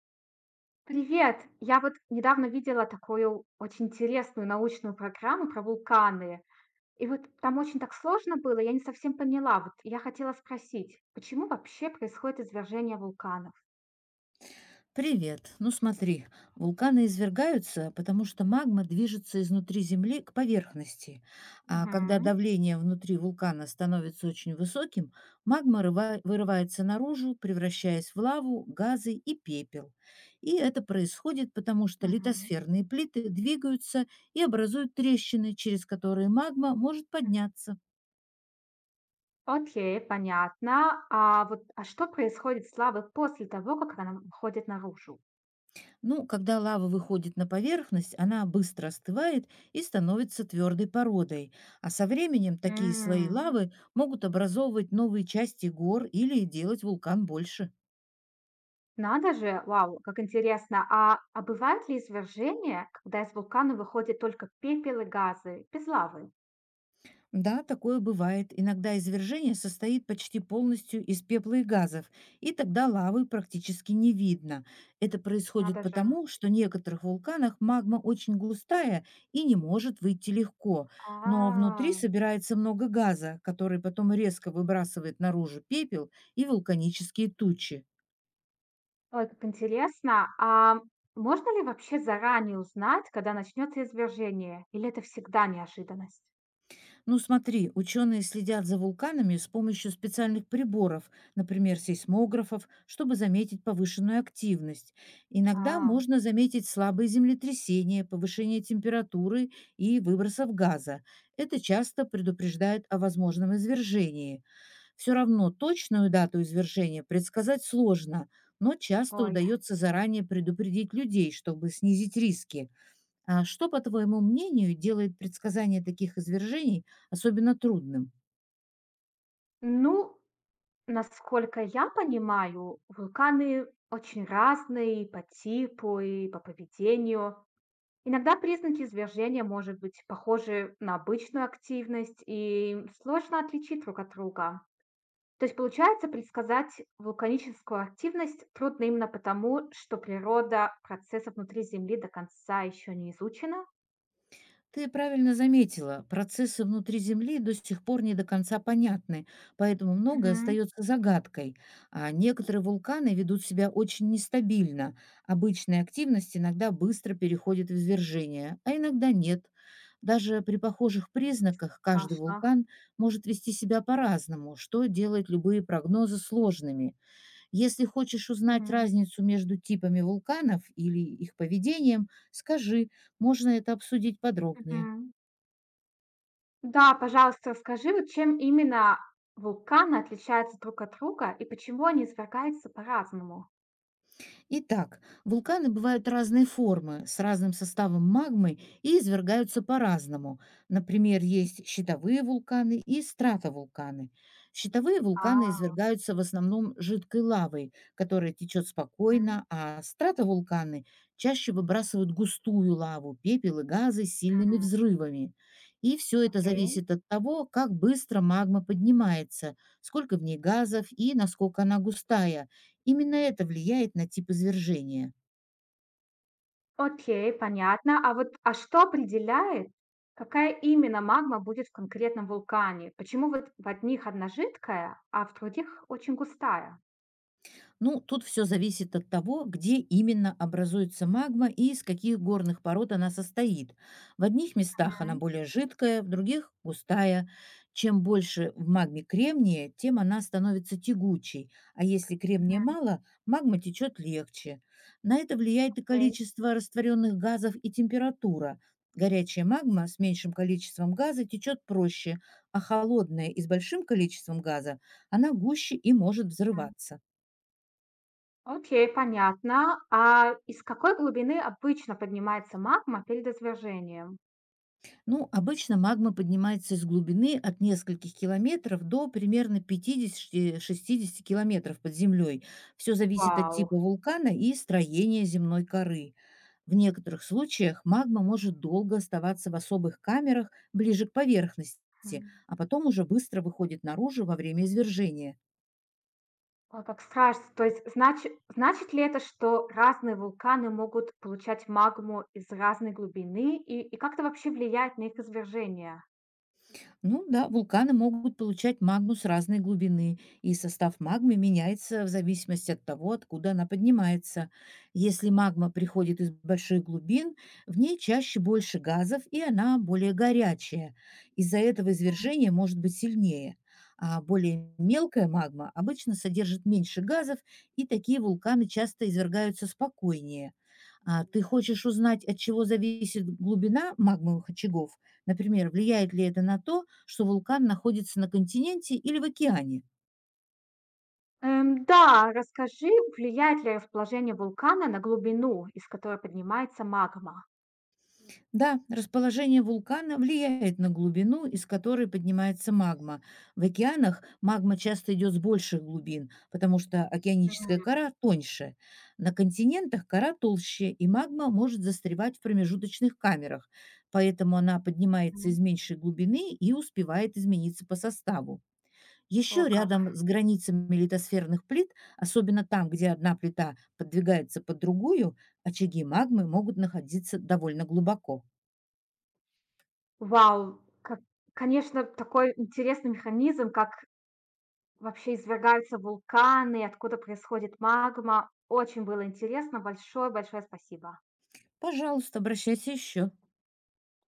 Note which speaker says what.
Speaker 1: Привет! Я вот недавно видела такую очень интересную научную программу про вулканы. И вот там очень так сложно было, я не совсем поняла. Вот я хотела спросить, почему вообще происходит извержение вулканов?
Speaker 2: Привет. Ну смотри, вулканы извергаются, потому что магма движется изнутри Земли к поверхности. А когда
Speaker 1: Мгм,
Speaker 2: давление внутри вулкана становится очень высоким, магма вырывается наружу, превращаясь в лаву, газы и пепел. И это происходит потому, что
Speaker 1: мгм,
Speaker 2: литосферные плиты двигаются и образуют трещины, через которые магма может
Speaker 1: м.
Speaker 2: подняться.
Speaker 1: Окей, понятно. А вот, а что происходит с лавой после того, как она выходит наружу?
Speaker 2: Ну, когда лава выходит на поверхность, она быстро остывает и становится твердой породой. А со временем такие слои
Speaker 1: М,
Speaker 2: лавы могут образовывать новые части гор или делать вулкан больше.
Speaker 1: надо же, вау, как интересно. А бывают ли извержения, когда из вулкана выходит только пепел и газы, без лавы?
Speaker 2: Да, такое бывает. Иногда извержение состоит почти полностью из пепла и газов, и тогда лавы практически не видно. Это происходит
Speaker 1: Надо же.
Speaker 2: потому, что в некоторых вулканах магма очень густая и не может выйти легко, но внутри
Speaker 1: А.
Speaker 2: собирается много газа, который потом резко выбрасывает наружу пепел и вулканические тучи.
Speaker 1: Ой, как интересно. А можно ли вообще заранее узнать, когда начнется извержение? Или это всегда неожиданность?
Speaker 2: Ну смотри, ученые следят за вулканами с помощью специальных приборов, например, сейсмографов, чтобы заметить повышенную активность. Иногда
Speaker 1: А,
Speaker 2: можно заметить слабые землетрясения, повышение температуры и выбросов газа. Это часто предупреждает о возможном извержении. Все равно точную дату извержения предсказать сложно, но часто
Speaker 1: ой.
Speaker 2: удается заранее предупредить людей, чтобы снизить риски. А что, по твоему мнению, делает предсказание таких извержений особенно трудным?
Speaker 1: Ну, насколько я понимаю, вулканы очень разные по типу и по поведению. Иногда признаки извержения может быть похожи на обычную активность и сложно отличить друг от друга. То есть, получается, предсказать вулканическую активность трудно именно потому, что природа процессов внутри Земли до конца еще не изучена?
Speaker 2: Ты правильно заметила, процессы внутри Земли до сих пор не до конца понятны, поэтому многое
Speaker 1: Мгм.
Speaker 2: остается загадкой. А некоторые вулканы ведут себя очень нестабильно. Обычная активность иногда быстро переходит в извержение, а иногда нет. Даже при похожих
Speaker 1: Вот.
Speaker 2: признаках каждый
Speaker 1: Страшно.
Speaker 2: вулкан может вести себя по-разному, что делает любые прогнозы сложными. Если хочешь узнать
Speaker 1: Мгм.
Speaker 2: разницу между типами вулканов или их поведением, скажи, можно это обсудить подробнее.
Speaker 1: Мгм. Да, пожалуйста, расскажи, вот чем именно вулканы отличаются друг от друга и почему они извергаются по-разному?
Speaker 2: Итак, вулканы бывают разной формы, с разным составом магмы и извергаются по-разному. Например, есть щитовые вулканы и стратовулканы. Щитовые вулканы
Speaker 1: А,
Speaker 2: извергаются в основном жидкой лавой, которая течет
Speaker 1: мгм.
Speaker 2: спокойно, а стратовулканы чаще выбрасывают густую лаву, пепел и газы с сильными
Speaker 1: М,
Speaker 2: взрывами. И все это
Speaker 1: окей.
Speaker 2: зависит от того, как быстро магма поднимается, сколько в ней газов и насколько она густая. Именно это влияет на тип извержения.
Speaker 1: Окей, понятно. А вот, а что определяет, какая именно магма будет в конкретном вулкане? Почему вот в одних одна жидкая, а в других очень густая?
Speaker 2: Ну, тут все зависит от того, где именно образуется магма и из каких горных пород она состоит. В одних местах она
Speaker 1: Мгм,
Speaker 2: более жидкая, в других – густая. Чем больше в магме кремния, тем она становится тягучей, а если кремния
Speaker 1: мгм,
Speaker 2: мало, магма течет легче. На это влияет и
Speaker 1: окей,
Speaker 2: количество растворенных газов и температура. Горячая магма с меньшим количеством газа течет проще, а холодная и с большим количеством газа она гуще и может
Speaker 1: м.
Speaker 2: взрываться.
Speaker 1: Окей, понятно. А из какой глубины обычно поднимается магма перед извержением?
Speaker 2: Ну, обычно магма поднимается из глубины от нескольких километров до примерно 50-60 километров под землей. Все зависит от
Speaker 1: Вау.
Speaker 2: типа вулкана и строения земной коры. В некоторых случаях магма может долго оставаться в особых камерах ближе к поверхности,
Speaker 1: М.
Speaker 2: а потом уже быстро выходит наружу во время извержения.
Speaker 1: Ой, как страшно. То есть, значит ли это, что разные вулканы могут получать магму из разной глубины? И как это вообще влияет на их извержение?
Speaker 2: Ну да, вулканы могут получать магму с разной глубины, и состав магмы меняется в зависимости от того, откуда она поднимается. Если магма приходит из больших глубин, в ней чаще больше газов, и она более горячая. Из-за этого извержение может быть сильнее. А более мелкая магма обычно содержит меньше газов, и такие вулканы часто извергаются спокойнее. А ты хочешь узнать, от чего зависит глубина магмовых очагов? Например, влияет ли это на то, что вулкан находится на континенте или в океане?
Speaker 1: Да, расскажи, влияет ли расположение вулкана на глубину, из которой поднимается магма?
Speaker 2: Да, расположение вулкана влияет на глубину, из которой поднимается магма. В океанах магма часто идет с больших глубин, потому что океаническая кора тоньше. На континентах кора толще, и магма может застревать в промежуточных камерах, поэтому она поднимается
Speaker 1: Мгм.
Speaker 2: из меньшей глубины и успевает измениться по составу.
Speaker 1: О,
Speaker 2: Еще
Speaker 1: как.
Speaker 2: рядом с границами литосферных плит, особенно там, где одна плита подвигается под другую, очаги магмы могут находиться довольно глубоко.
Speaker 1: Вау, как, конечно, такой интересный механизм, как вообще извергаются вулканы, откуда происходит магма. Очень было интересно. Большое-большое спасибо.
Speaker 2: Пожалуйста, обращайся еще.